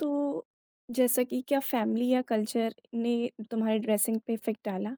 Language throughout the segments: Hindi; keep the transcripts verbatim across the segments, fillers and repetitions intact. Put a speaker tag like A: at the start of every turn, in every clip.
A: तो जैसा कि क्या फैमिली या कल्चर ने तुम्हारी ड्रेसिंग पे इफ़ेक्ट डाला?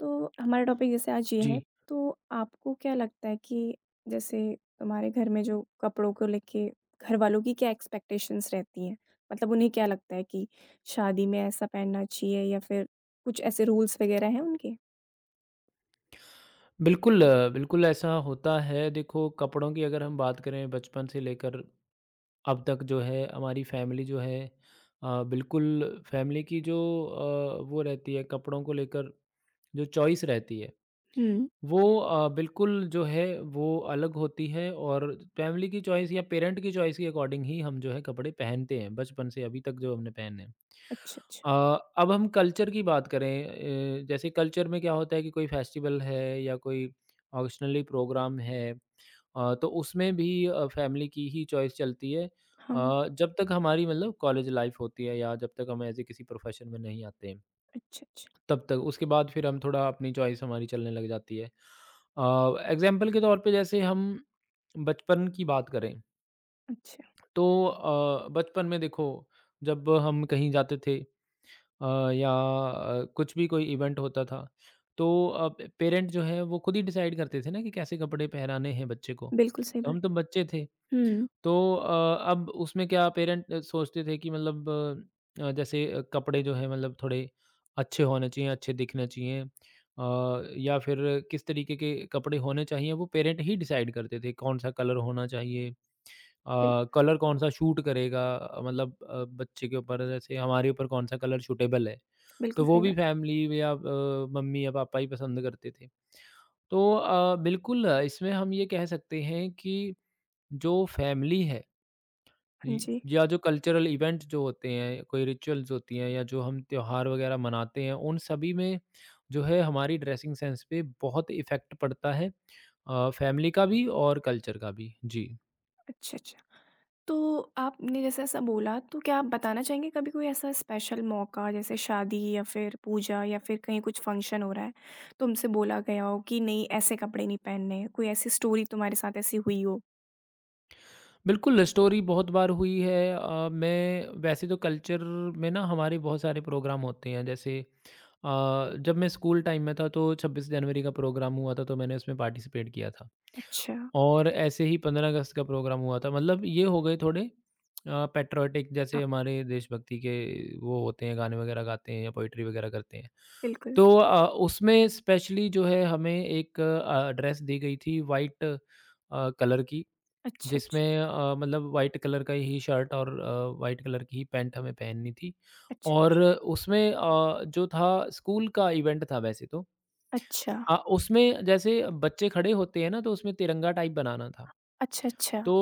A: तो हमारा टॉपिक जैसे आज ये
B: जी।
A: है, तो आपको क्या लगता है कि जैसे तुम्हारे घर में जो कपड़ों को लेके घर वालों की क्या एक्सपेक्टेशंस रहती हैं? मतलब उन्हें क्या लगता है कि शादी में ऐसा पहनना चाहिए या फिर कुछ ऐसे रूल्स वगैरह हैं उनके?
B: बिल्कुल, अ, बिल्कुल ऐसा होता है। देखो कपड़ों की अगर हम बात करें बचपन से लेकर अब तक जो है हमारी फैमिली जो है अ, बिल्कुल फैमिली की जो अ, वो रहती है कपड़ों को लेकर, जो चॉइस रहती है
A: हुँ,
B: वो अ, बिल्कुल जो है वो अलग होती है, और फैमिली की चॉइस या पेरेंट की चॉइस के अकॉर्डिंग ही हम जो है कपड़े पहनते हैं बचपन से अभी तक जो हमने पहने हैं।
A: अच्छा, अच्छा।
B: अ, अब हम कल्चर की बात करें, अ, जैसे कल्चर में क्या होता है कि कोई फेस्टिवल है या कोई ऑक्शनली प्रोग्राम है, अ, तो उसमें भी फैमिली की ही चॉइस चलती है,
A: हाँ,
B: अ, जब तक हमारी मतलब कॉलेज लाइफ होती है या जब तक हम एज ए किसी प्रोफेशन में नहीं आते हैं
A: अच्छा, अच्छा,
B: तब तक। उसके बाद फिर हम थोड़ा अपनी चॉइस हमारी चलने लग जाती है। एग्जाम्पल के तौर पे जैसे हम बचपन की बात करें
A: अच्छा।
B: तो अ, बचपन में देखो, जब हम कहीं जाते थे अ, या अ, कुछ भी कोई इवेंट होता था तो अ, पेरेंट जो है वो खुद ही डिसाइड करते थे ना कि कैसे कपड़े पहनाने हैं बच्चे को,
A: बिल्कुल सही
B: तो
A: बात।
B: हम तो बच्चे थे।
A: हुँ,
B: तो अ, अब उसमें क्या पेरेंट सोचते थे कि मतलब अ, जैसे अ, कपड़े जो है मतलब थोड़े अच्छे होने चाहिए, अच्छे दिखने चाहिए, अ, या फिर किस तरीके के कपड़े होने चाहिए, वो पेरेंट ही डिसाइड करते थे, कौन सा कलर होना चाहिए, अ,
A: बिल्कुल,
B: कलर कौन-सा शूट करेगा, मतलब अ, बच्चे के ऊपर जैसे हमारे ऊपर कौन-सा कलर सूटेबल है। तो
A: बिल्कुल
B: वो
A: सही
B: भी
A: बात।
B: फैमिली या अ, मम्मी या पापा ही पसंद करते थे। तो अ, बिल्कुल अ, इसमें हम ये कह सकते हैं कि जो फैमिली है
A: हाँ
B: य
A: जी,
B: या जो कल्चरल इवेंट जो होते हैं, कोई रिचुअल्स होती हैं या जो हम त्योहार वगैरह मनाते हैं, उन सभी में जो है हमारी ड्रेसिंग सेंस पे बहुत इफ़ेक्ट पड़ता है। अ, फैमिली का भी और कल्चर का भी। जी।
A: अच्छा, अच्छा। तो आपने जैसे ऐसा बोला, तो क्या आप बताना चाहेंगे कभी कोई ऐसा स्पेशल मौका जैसे शादी या फिर पूजा या फिर कहीं कुछ फंक्शन हो रहा है, तुमसे बोला गया हो कि नहीं ऐसे कपड़े नहीं पहनने, कोई ऐसी स्टोरी तुम्हारे साथ ऐसी हुई हो?
B: बिल्कुल, स्टोरी बहुत बार हुई है। अ, मैं वैसे तो कल्चर में ना हमारे बहुत सारे प्रोग्राम होते हैं, जैसे अ, जब मैं स्कूल टाइम में था तो छब्बीस जनवरी का प्रोग्राम हुआ था, तो मैंने उसमें पार्टिसिपेट किया था।
A: अच्छा,
B: और ऐसे ही पंद्रह अगस्त का प्रोग्राम हुआ था, मतलब ये हो गए थोड़े अ, पैट्रियोटिक,
A: हाँ,
B: जैसे हमारे देशभक्ति के, वो होते हैं गाने वगैरह गाते हैं या पोएट्री वगैरह करते हैं।
A: बिल्कुल।
B: तो अ, उसमें स्पेशली जो है हमें एक अ, ड्रेस दी गई थी, व्हाइट अ, कलर की।
A: अच्छा,
B: जिसमें
A: अच्छा,
B: अ, मतलब व्हाइट कलर का ही शर्ट और अ, व्हाइट कलर की ही पैंट हमें पहननी थी,
A: अच्छा,
B: और
A: अच्छा।
B: उसमें अ, जो था स्कूल का इवेंट था वैसे तो।
A: अच्छा,
B: अ, उसमें जैसे बच्चे खड़े होते हैं ना, तो उसमें तिरंगा टाइप बनाना था।
A: अच्छा, अच्छा,
B: तो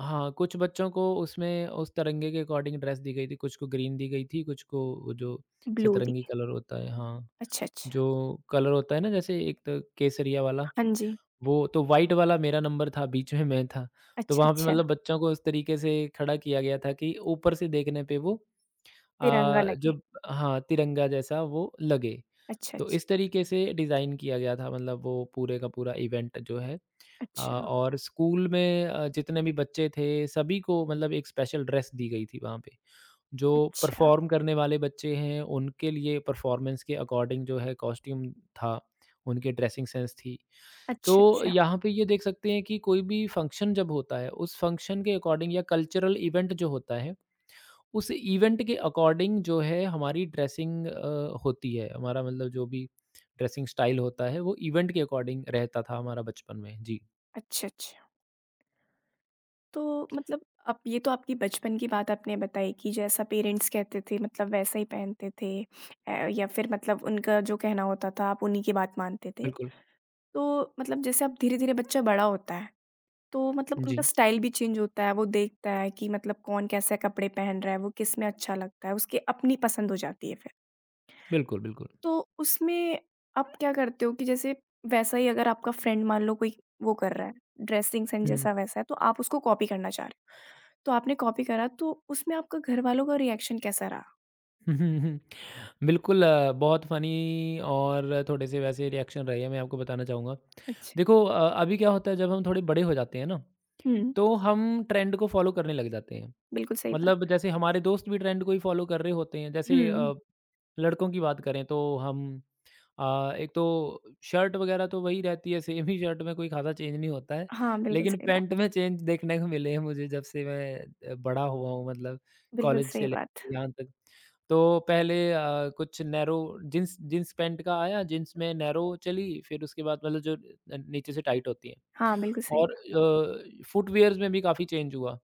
B: हाँ, कुछ बच्चों को उसमें उस तिरंगे के अकॉर्डिंग ड्रेस दी गई थी, कुछ को ग्रीन दी गई थी, कुछ को वो जो
A: ब्लू
B: सतरंगी
A: दिए,
B: कलर होता है, हाँ,
A: अच्छा, अच्छा,
B: जो कलर होता है ना जैसे एक तो केसरिया वाला।
A: हाँ जी,
B: वो तो व्हाइट वाला मेरा नंबर था, बीच में मैं था। तो
A: अच्छा,
B: वहाँ पे
A: अच्छा,
B: मतलब बच्चों को उस तरीके से खड़ा किया गया था कि ऊपर से देखने पे वो अ,
A: तिरंगा लगे,
B: जो, हाँ, तिरंगा जैसा वो लगे।
A: अच्छा,
B: तो
A: अच्छा,
B: इस तरीके से डिज़ाइन किया गया था, मतलब वो पूरे का पूरा इवेंट जो है। अ,
A: अच्छा,
B: और स्कूल में अ, जितने भी बच्चे थे, सभी को मतलब एक स्पेशल ड्रेस दी गई थी वहाँ पे। जो
A: अच्छा,
B: परफ़ॉर्म करने वाले बच्चे हैं, उनके लिए परफ़ॉर्मेंस के अकॉर्डिंग जो है कॉस्ट्यूम था, उनके ड्रेसिंग सेंस थी।
A: अच्छा,
B: तो
A: अच्छा,
B: यहाँ पे ये देख सकते हैं कि कोई भी फंक्शन जब होता है, उस फंक्शन के अकॉर्डिंग या कल्चरल इवेंट जो होता है, उस इवेंट के अकॉर्डिंग जो है हमारी ड्रेसिंग अ, होती है। हमारा मतलब जो भी ड्रेसिंग स्टाइल होता है, वो इवेंट के अकॉर्डिंग रहता था हमारा बचपन में। जी,
A: अच्छा, अच्छा। तो मतलब अब ये तो आपकी बचपन की बात आपने बताई कि जैसा पेरेंट्स कहते थे मतलब वैसा ही पहनते थे अ, या फिर मतलब उनका जो कहना होता था आप उन्हीं की बात मानते थे।
B: बिल्कुल।
A: तो मतलब जैसे अब धीरे-धीरे बच्चा बड़ा होता है, तो मतलब उनका
B: जी,
A: स्टाइल भी चेंज होता है, वो देखता है कि मतलब कौन कैसे कपड़े पहन रहा है, वो किस में अच्छा लगता है, उसकी अपनी पसंद हो जाती है फिर।
B: बिल्कुल, बिल्कुल।
A: तो उसमें आप क्या करते हो कि जैसे वैसा ही अगर आपका फ्रेंड मान लो कोई वो कर रहा है, ड्रेसिंग सेंस
B: हुँ।
A: जैसा वैसा है, तो आप उसको कॉपी करना चाह रहे हो। तो आपने कॉपी करा तो उसमें आपका घरवालों का रिएक्शन कैसा रहा?
B: बिल्कुल अ, बहुत फ़नी और थोड़े से वैसे रिएक्शन रहे हैं, मैं आपको बताना चाहूँगा।
A: अच्छा।
B: देखो अ, अभी क्या होता है, जब हम थोड़े बड़े हो जाते हैं ना,
A: हुँ,
B: तो हम ट्रेंड को फ़ॉलो करने लग जाते हैं।
A: बिल्कुल सही
B: मतलब
A: बात।
B: जैसे हमारे दोस्त भी ट्रेंड को ही फॉलो कर रहे होते हैं, जैसे
A: हुँ।
B: अ, लड़कों की बात करें तो हम अ, एक तो शर्ट वगैरह तो वही रहती है, सेम ही शर्ट में कोई खासा चेंज नहीं होता है,
A: हाँ, बिल्कुल
B: लेकिन
A: सही बात,
B: पैंट में चेंज देखने को मिले हैं मुझे जब से मैं अ, बड़ा हुआ हूँ, मतलब
A: बिल्कुल
B: कॉलेज से
A: सही बात।
B: लेकर यहाँ तक। तो पहले अ, कुछ नैरो जींस जींस पैंट का आया, जींस में नैरो चली, फिर उसके बाद मतलब जो नीचे से टाइट होती है।
A: हाँ, बिल्कुल सही।
B: और अ, फुटवियर्स में भी काफ़ी चेंज हुआ।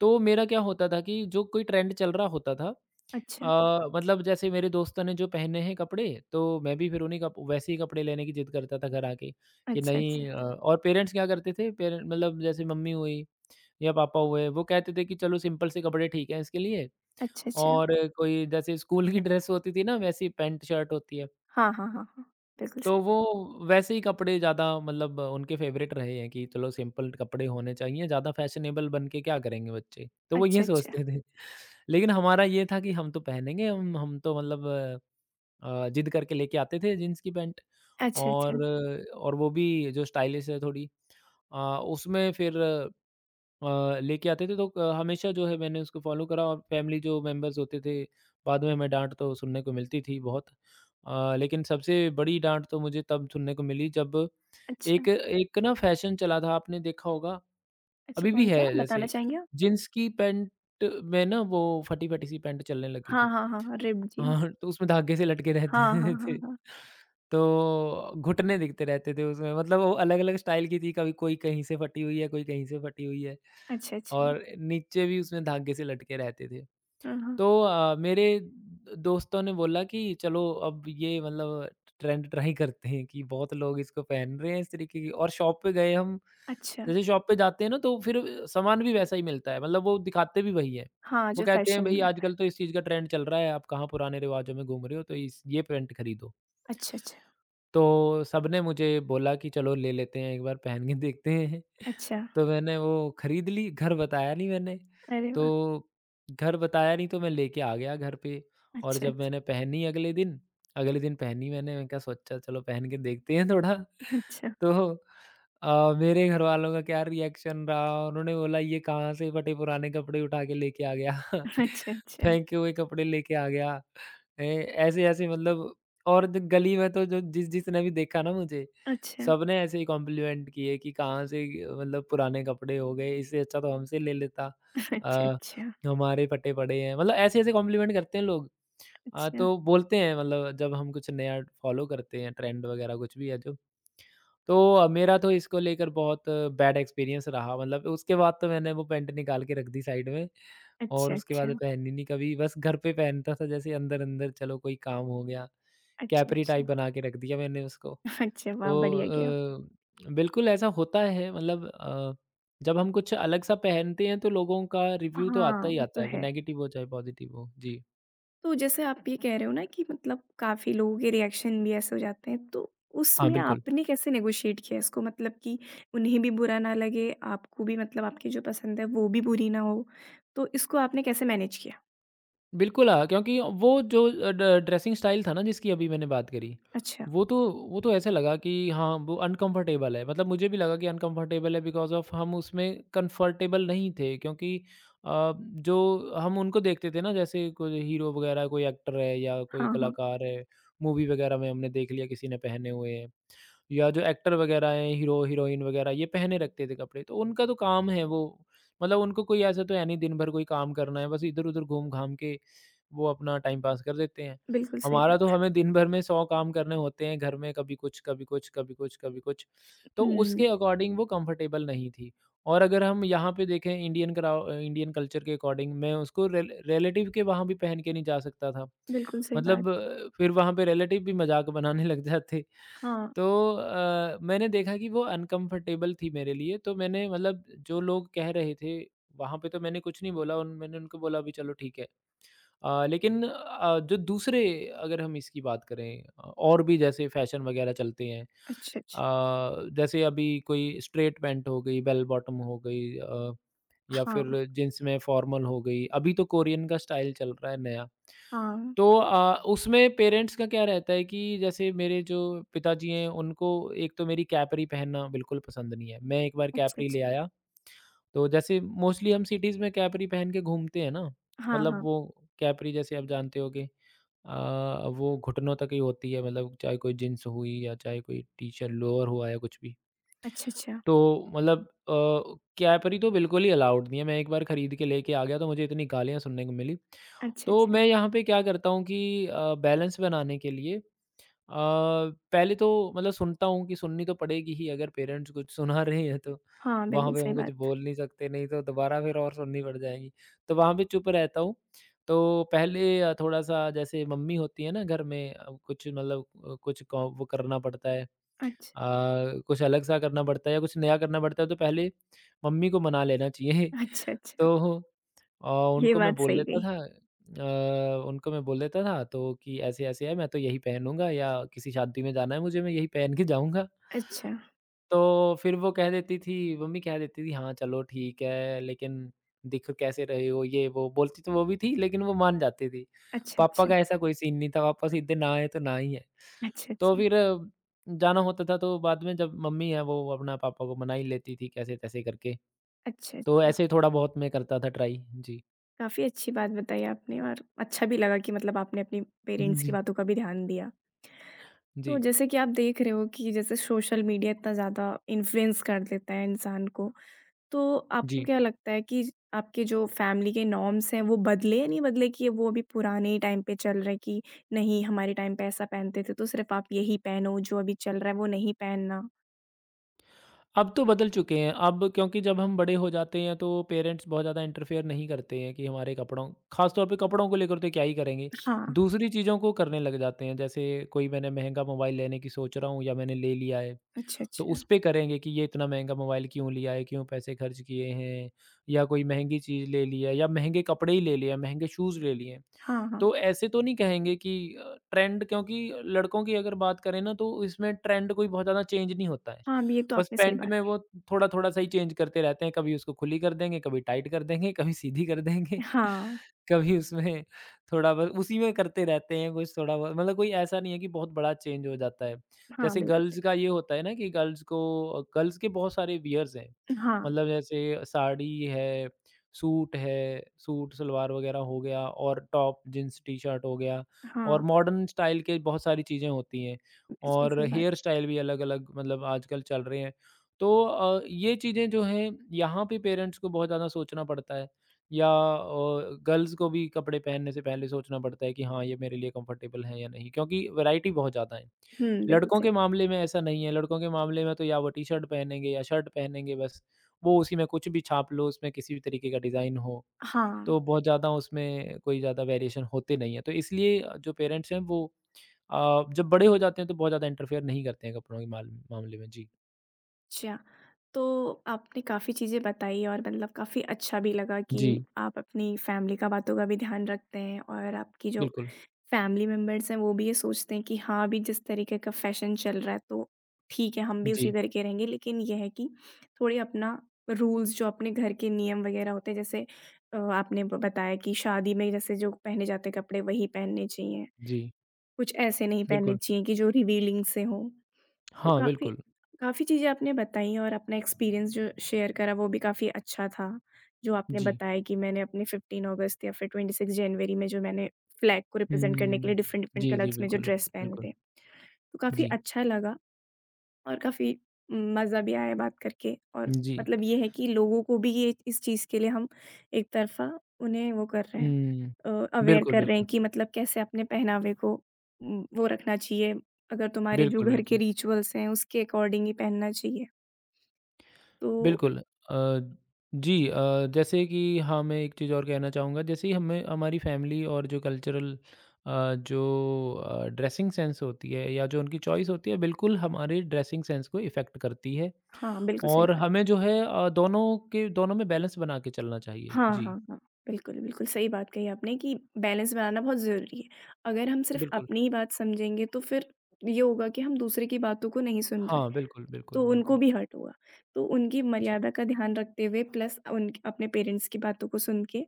B: तो मेरा क्या होता था कि जो कोई ट्रेंड चल रहा होता था,
A: अच्छा,
B: अ, मतलब जैसे मेरे दोस्तों ने जो पहने हैं कपड़े, तो मैं भी फिर उन्हीं कप वैसे ही कपड़े लेने की जिद करता था घर आके कि
A: अच्छा,
B: नहीं, अ,
A: अच्छा,
B: और पेरेंट्स क्या करते थे, पेरें मतलब जैसे मम्मी हुई या पापा हुए, वो कहते थे कि चलो सिंपल से कपड़े ठीक हैं इसके लिए,
A: अच्छा, अच्छा।
B: और कोई जैसे स्कूल की ड्रेस होती थी ना वैसी पैंट शर्ट होती है।
A: हाँ, हाँ, हाँ, हाँ, बिल्कुल
B: तो
A: सही।
B: वो वैसे ही कपड़े ज़्यादा, मतलब उनके फ़ेवरेट रहे हैं कि चलो सिंपल कपड़े होने चाहिए, ज़्यादा फ़ैशनेबल बन के क्या करेंगे बच्चे? तो वो ये
A: अच्छा, अच्छा,
B: सोचते थे। लेकिन हमारा ये था कि हम तो पहनेंगे, हम हम तो मतलब अ, ज़िद करके लेके आते थे जीन्स की पैंट,
A: अच्छा, अच्छा,
B: और और वो भी जो स्टाइलिश है थोड़ी। अ, उसमें फिर अ, लेके आते थे, तो अ, हमेशा जो है मैंने उसको फ़ॉलो करा, और फैमिली जो मेंबर्स होते थे, बाद में हमें डाँट तो सुनने को मिलती थी बहुत। अ, लेकिन सबसे बड़ी डाँट तो मुझे तब सुनने को मिली जब
A: अच्छा,
B: एक एक ना फ़ैशन चला था, आपने देखा होगा,
A: अच्छा
B: अभी भी है,
A: कौन-सा बताना
B: जैसे
A: चाहेंगे आप?
B: जीन्स की पैंट में ना वो फटी-फटी सी पैंट चलने लगी थी।
A: हाँ, हाँ, हाँ, हाँ, रिप्ड जीन्स।
B: हाँ, तो उसमें धागे से लटके रहते
A: हाँ, हाँ,
B: थे।
A: हाँ, हाँ।
B: तो घुटने दिखते रहते थे उसमें, मतलब वो अलग-अलग स्टाइल की थी, कभी कोई कहीं से फटी हुई है, कोई कहीं से फटी हुई है,
A: अच्छा, अच्छा।
B: और नीचे भी उसमें धागे से लटके रहते थे।
A: हाँ, हाँ।
B: तो अ, मेरे दोस्तों ने बोला कि चलो अब ये मतलब ट्रेंड ट्राई करते हैं कि बहुत लोग इसको पहन रहे हैं इस तरीके की, और शॉप पे गए हम।
A: अच्छा,
B: जैसे शॉप पे जाते हैं ना तो फिर सामान भी वैसा ही मिलता है, मतलब वो दिखाते भी वही है।
A: हाँ,
B: वो
A: जो
B: कहते हैं
A: फैशन
B: भाई
A: में आता है।
B: आजकल तो इस चीज़ का ट्रेंड चल रहा है, आप कहाँ पुराने रिवाजों में घूम रहे हो, तो इस ये पैंट खरीदो।
A: अच्छा, अच्छा,
B: तो सबने मुझे बोला कि चलो ले लेते हैं, एक बार पहन के देखते हैं।
A: अच्छा।
B: तो मैंने वो खरीद ली, घर बताया नहीं मैंने।
A: अरे वाह!
B: तो घर बताया नहीं, तो मैं लेके आ गया घर पे, और
A: अच्छा,
B: जब
A: अच्छा,
B: मैंने पहनी अगले दिन, अगले दिन पहनी मैंने, मैंने कहा सोचा चलो पहन के देखते हैं थोड़ा।
A: अच्छा,
B: तो अ, मेरे घरवालों का क्या रिएक्शन रहा, उन्होंने बोला ये कहाँ से फटे पुराने कपड़े उठा के लेके आ गया,
A: अच्छा, अच्छा,
B: फेंके हुए कपड़े लेके आ गया। ए, ऐसे-ऐसे मतलब, और ज गली में तो जो जिस-जिसने भी देखा ना मुझे,
A: अच्छा।
B: सबने ऐसे ही कॉम्प्लीमेंट किए कि कहाँ से अ, मतलब पुराने कपड़े हो गए, इससे अच्छा तो हमसे ले लेता।
A: अच्छा,
B: अ,
A: अच्छा।
B: हमारे फटे पड़े हैं, मतलब ऐसे-ऐसे कॉम्प्लीमेंट करते हैं लोग। अ,
A: अच्छा।
B: तो बोलते हैं मतलब जब हम कुछ नया फॉलो करते हैं, ट्रेंड वगैरह कुछ भी है जो। तो अ, मेरा तो इसको लेकर बहुत बैड एक्सपीरियंस रहा, मतलब उसके बाद तो मैंने वो पैंट निकाल के रख दी साइड में, और
A: अच्छा,
B: उसके बाद
A: अच्छा।
B: पहनी नहीं कभी, बस घर पे पहनता था जैसे अंदर-अंदर चलो कोई काम हो गया,
A: अच्छा,
B: कैपरी टाइप
A: अच्छा।
B: बना के रख दिया मैंने उसको।
A: अच्छा,
B: तो
A: वाह! बढ़िया किया आपने।
B: अ, बिल्कुल ऐसा होता है, मतलब अ, जब हम कुछ अलग सा पहनते हैं तो लोगों का रिव्यू तो आता
A: हाँ,
B: ही
A: वो
B: आता
A: तो
B: है, वो
A: है।
B: नेगेटिव हो चाहे पॉजिटिव हो। जी।
A: तो जैसे आप ये कह रहे हो ना कि मतलब काफ़ी लोगों के रिएक्शन भी ऐसे हो जाते हैं, तो
B: हाँ,
A: उसमें
B: बिल्कुल।
A: आपने कैसे नेगोशिएट किया इसको? मतलब कि उन्हें भी बुरा ना लगे, आपको भी मतलब आपकी जो पसंद है वो भी बुरी ना हो, तो इसको आपने कैसे मैनेज किया?
B: बिल्कुल हाँ, क्योंकि वो जो अ, ड ड्रेसिंग स्टाइल था ना जिसकी अभी मैंने बात करी,
A: अच्छा।
B: वो तो वो तो ऐसा लगा कि हाँ, वो अनकम्फ़र्टेबल है। मतलब मुझे भी लगा कि अनकम्फ़र्टेबल है, बिकॉज़ ऑफ़ हम उसमें कम्फ़र्टेबल नहीं थे, क्योंकि अ, जो हम उनको देखते थे ना, जैसे कोई हीरो वग़ैरह, कोई एक्टर है या कोई
A: हाँ, हाँ।
B: कलाकार है, मूवी वग़ैरह में हमने देख लिया किसी ने पहने हुए हैं, या जो एक्टर वग़ैरह हैं, हीरो हीरोइन वग़ैरह ये पहने रखते थे कपड़े। तो उनका तो काम है वो, मतलब उनको कोई ऐसा तो है नहीं दिन भर कोई काम करना है, बस इधर-उधर घूम-घाम के वो अपना टाइम पास कर देते हैं।
A: बिल्कुल सही
B: हमारा तो
A: बात।
B: हमें दिन भर में सौ काम करने होते हैं, घर में कभी कुछ, कभी कुछ, कभी कुछ, कभी कुछ। तो उसके
A: हुँ,
B: अकॉर्डिंग वो कंफर्टेबल नहीं थी, और अगर हम यहाँ पे देखें इंडियन कराओ अ, इंडियन कल्चर के अकॉर्डिंग मैं उसको रिल रिलेटिव के वहाँ भी पहन के नहीं जा सकता था।
A: बिल्कुल सही बात।
B: मतलब अ, फिर वहाँ पे रिलेटिव भी मज़ाक बनाने लग जाते।
A: हाँ।
B: तो अ, मैंने देखा कि वो अनकंफर्टेबल थी मेरे लिए, तो मैंने, मतलब, जो लोग कह रहे थे वहाँ पे, तो मैंने कुछ नहीं बोला। उन मैंने उनको बोला, अभी चलो ठीक है। अ, लेकिन अ, जो दूसरे अगर हम इसकी बात करें, अ, और भी जैसे फैशन वगैरह चलते हैं,
A: अच्छा, अच्छा।
B: अ, जैसे अभी कोई स्ट्रेट पैंट हो गई, बेल बॉटम हो गई, अ, या
A: हाँ,
B: फिर जींस में फॉर्मल हो गई। अभी तो कोरियन का स्टाइल चल रहा है नया।
A: हाँ।
B: तो अ, उसमें पेरेंट्स का क्या रहता है कि जैसे मेरे जो पिताजी हैं, उनको एक तो मेरी कैपरी पहनना बिल्कुल पसंद नहीं है। मैं एक बार
A: अच्छा,
B: कैपरी
A: अच्छा।
B: ले आया। तो जैसे मोस्टली हम सिटीज़ में कैपरी पहन के घूमते हैं ना,
A: हाँ,
B: मतलब
A: हाँ।
B: वो कैपरी, जैसे आप जानते हो, अ, वो घुटनों तक ही होती है। मतलब चाहे कोई जीन्स हुई या चाहे कोई टी-शर्ट लोअर हुआ या कुछ भी।
A: अच्छा, अच्छा।
B: तो मतलब अ, कैपरी तो बिल्कुल ही अलाउड नहीं है। मैं एक बार खरीद के लेके आ गया तो मुझे इतनी गालियाँ सुनने को मिली।
A: अच्छा,
B: तो
A: अच्छा।
B: मैं यहाँ पे क्या करता हूँ कि अ, बैलेंस बनाने के लिए अ, पहले तो, मतलब, सुनता हूँ कि सुननी तो पड़ेगी ही, अगर पेरेंट्स कुछ सुना रहे हैं तो
A: हाँ,
B: वहाँ
A: बिल्कुल
B: पे
A: सही
B: हम कुछ
A: बात।
B: बोल नहीं सकते, नहीं तो दोबारा फिर और सुननी पड़ जाएगी। तो वहाँ पे चुप रहता हूँ। तो पहले अ, थोड़ा-सा, जैसे मम्मी होती है ना घर में, अ, कुछ, मतलब, अ, कुछ क वो करना पड़ता है,
A: अच्छा,
B: अ, कुछ अलग-सा करना पड़ता है या कुछ नया करना पड़ता है, तो पहले मम्मी को मना लेना चाहिए।
A: अच्छा, अच्छा,
B: तो और
A: ये
B: उनको मैं
A: बात
B: बोल
A: सही
B: देता
A: गई।
B: था, अ, उनको मैं बोल देता था तो कि ऐसे-ऐसे है, मैं तो यही पहनूँगा या किसी शादी में जाना है मुझे, मैं यही पहन के जाऊँगा।
A: अच्छा,
B: तो फिर वो कह देती थी, मम्मी कह देती थी, हाँ, चलो ठीक है, लेकिन दिख कैसे रहे हो ये वो बोलती तो वो भी थी, लेकिन वो मान जाती थी।
A: अच्छा,
B: पापा
A: अच्छा,
B: का ऐसा कोई सीन नहीं था। पापा सीधे ना आए तो ना ही है।
A: अच्छा,
B: तो
A: अच्छा,
B: फिर अ, जाना होता था, तो बाद में जब मम्मी है, वो अपना पापा को मना ही लेती थी कैसे-तैसे करके।
A: अच्छा,
B: तो
A: अच्छा।
B: ऐसे थोड़ा बहुत मैं करता था ट्राई। जी।
A: काफ़ी अच्छी बात बताई आपने और अच्छा भी लगा कि मतलब आपने अपने पेरेंट्स की
B: जी,
A: बातों का भी ध्यान दिया।
B: जी।
A: तो जैसे कि आप देख रहे हो कि जैसे सोशल मीडिया इतना ज़्यादा इन्फ्लुएंस कर देता है इंसान को, तो आपको
B: जी।
A: क्या लगता है कि आपके जो फैमिली के नॉर्म्स हैं, वो बदले या नहीं बदले कि वो अभी पुराने टाइम पे चल रहे हैं कि नहीं हमारे टाइम पे ऐसा पहनते थे, तो सिर्फ़ आप यही पहनो, जो अभी चल रहा है वो नहीं पहनना?
B: अब तो बदल चुके हैं। अब क्योंकि जब हम बड़े हो जाते हैं तो पेरेंट्स बहुत ज़्यादा इंटरफेयर नहीं करते हैं कि हमारे कपड़ों, ख़ास तौर पे कपड़ों को लेकर तो क्या ही करेंगे।
A: हाँ,
B: दूसरी चीज़ों को करने लग जाते हैं, जैसे कोई मैंने महँगा मोबाइल लेने की सोच रहा हूँ या मैंने ले लिया है,
A: अच्छा,
B: तो उस
A: अच्छा।
B: पे करेंगे कि ये इतना महँगा मोबाइल क्यों लिया है, क्यों पैसे खर्च किए हैं, या कोई महँगी चीज़ ले ली है, या महँगे कपड़े ही ले लिए हैं, महँगे शूज़ ले लिए हैं।
A: हाँ, हाँ।
B: तो ऐसे तो नहीं कहेंगे कि अ, ट्रेंड, क्योंकि लड़कों की अगर बात करें ना, तो इसमें ट्रेंड कोई बहुत ज़्यादा चेंज नहीं होता है।
A: हाँ, ये तो
B: बस
A: आपने सही
B: पैंट में
A: बात
B: वो
A: की।
B: थोड़ा-थोड़ा सा ही चेंज करते रहते हैं, कभी उसको खुली कर देंगे, कभी टाइट कर देंगे, कभी सीधी कर देंगे,
A: हाँ,
B: कभी उसमें थोड़ा बहुत उसी में करते रहते हैं कुछ थोड़ा बहुत, मतलब कोई ऐसा नहीं है कि बहुत बड़ा चेंज हो जाता है।
A: हाँ,
B: जैसे
A: बिल्कुल सही
B: गर्ल्स का
A: बात।
B: ये होता है ना कि गर्ल्स को गर्ल्स के बहुत सारे वियर्स हैं,
A: हाँ,
B: मतलब जैसे साड़ी है, सूट है, सूट सलवार वगैरह हो गया, और टॉप, जीन्स, टी-शर्ट हो गया, और
A: हाँ,
B: मॉडर्न स्टाइल के बहुत सारी चीज़ें होती हैं।
A: बिल्कुल
B: और
A: सही बात।
B: हेयर स्टाइल भी अलग-अलग, मतलब आजकल चल रहे हैं। तो अ, ये चीज़ें जो हैं, यहाँ पे पेरेंट्स को बहुत ज़्यादा सोचना पड़ता है, या अ, गर्ल्स को भी कपड़े पहनने से पहले सोचना पड़ता है कि हाँ, ये मेरे लिए कंफर्टेबल है या नहीं, क्योंकि वैरायटी बहुत ज़्यादा है।
A: हुँ, बिल्कुल
B: लड़कों
A: सही।
B: के मामले में ऐसा नहीं है, लड़कों के मामले में तो या वो टी-शर्ट पहनेंगे या शर्ट पहनेंगे बस। वो उसी में कुछ भी छाप लो, उसमें किसी भी तरीके का डिज़ाइन हो,
A: हाँ,
B: तो बहुत ज़्यादा उसमें कोई ज़्यादा वेरिएशन होते नहीं है। तो इसलिए जो पेरेंट्स हैं वो अ, जब बड़े हो जाते हैं तो बहुत ज़्यादा इंटरफेयर नहीं करते हैं कपड़ों के माल मामले में। जी।
A: अच्छा। तो आपने काफ़ी चीज़ें बताई और मतलब काफ़ी अच्छा भी लगा कि
B: जी,
A: आप अपनी फैमिली का बातों का भी ध्यान रखते हैं और आपकी जो
B: बिल्कुल।
A: फैमिली मेंबर्स हैं वो भी ये सोचते हैं कि हाँ अभी जिस तरीके का फैशन चल रहा है तो ठीक है हम भी उसी
B: जी,
A: तरीके रहेंगे लेकिन यह है कि थोड़े अपना रूल्स जो अपने घर के नियम वगैरह होते हैं जैसे अ, आपने ब- बताया कि शादी में जैसे जो पहने जाते हैं कपड़े वही पहनने चाहिए
B: जी,
A: कुछ ऐसे नहीं पहनने
B: बिल्कुल।
A: चाहिए कि जो रिवीलिंग से हो तो
B: हाँ,
A: काफ़ी
B: बिल्कुल।
A: काफ़ी चीज़ें आपने बताई और अपना एक्सपीरियंस जो शेयर करा वो भी काफ़ी अच्छा था। जो आपने
B: जी।
A: बताया कि मैंने अपने पंद्रह अगस्त या फिर छब्बीस जनवरी में जो मैंने फ्लैग को रिप्रेज़ेंट करने के
B: हुँ।
A: लिए डिफ़रेंट-डिफ़रेंट
B: जी, जी,
A: कलर्स में जो
B: बिल्कुल,
A: ड्रेस पहने
B: बिल्कुल।
A: थे। तो काफ़ी
B: जी,
A: अच्छा लगा। और काफ़ी मज़ा भी आया बात करके और
B: जी।
A: मतलब ये है कि लोगों को भी ये इस चीज़ के लिए हम एक तरफ़ा उन्हें वो कर रहे हैं
B: हुँ।
A: अ, अवेयर
B: बिल्कुल,
A: कर रहे
B: बिल्कुल।
A: हैं कि मतलब कैसे अपने पहनावे को उम, वो रखना चाहिए। अगर तुम्हारे जो
B: बिल्कुल,
A: घर के
B: बिल्कुल।
A: रिचुअल्स हैं उसके अकॉर्डिंग ही पहनना चाहिए। तो
B: बिल्कुल, अ, जी, अ, जैसे कि हाँ, मैं एक चीज़ और कहना चाहूँगा। जैसे ही हमें हमारी फ़ैमिली और जो कल्चरल अ, जो अ, ड्रेसिंग सेंस होती है या जो उनकी चॉइस होती है, बिल्कुल हमारे ड्रेसिंग सेंस को इफ़ेक्ट करती है।
A: हाँ, बिल्कुल सही
B: और
A: बात।
B: हमें जो है अ, दोनों के दोनों में बैलेंस बना के चलना चाहिए।
A: हाँ,
B: जी,
A: हाँ, हाँ। बिल्कुल, बिल्कुल सही बात कही आपने कि बैलेंस बनाना बहुत ज़रूरी है। अगर हम सिर्फ़
B: बिल्कुल।
A: अपनी ही बात समझेंगे तो फिर ये होगा कि हम दूसरे की बातों को नहीं सुन रहे।
B: हाँ, बिल्कुल, बिल्कुल,
A: तो उनको
B: बिल्कुल।
A: भी हर्ट हुआ। तो उनकी
B: जी,
A: मर्यादा का ध्यान रखते हुए प्लस उन अपने पेरेंट्स की बातों को सुन के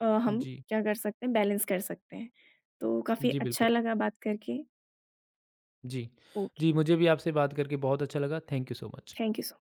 A: अ, हम
B: जी,
A: क्या कर सकते हैं बैलेंस कर सकते हैं। तो काफ़ी
B: जी, बिल्कुल।
A: अच्छा लगा बात करके।
B: जी,
A: ओके,
B: जी, मुझे भी आपसे बात करके बहुत अच्छा लगा। Thank you so much.
A: Thank you so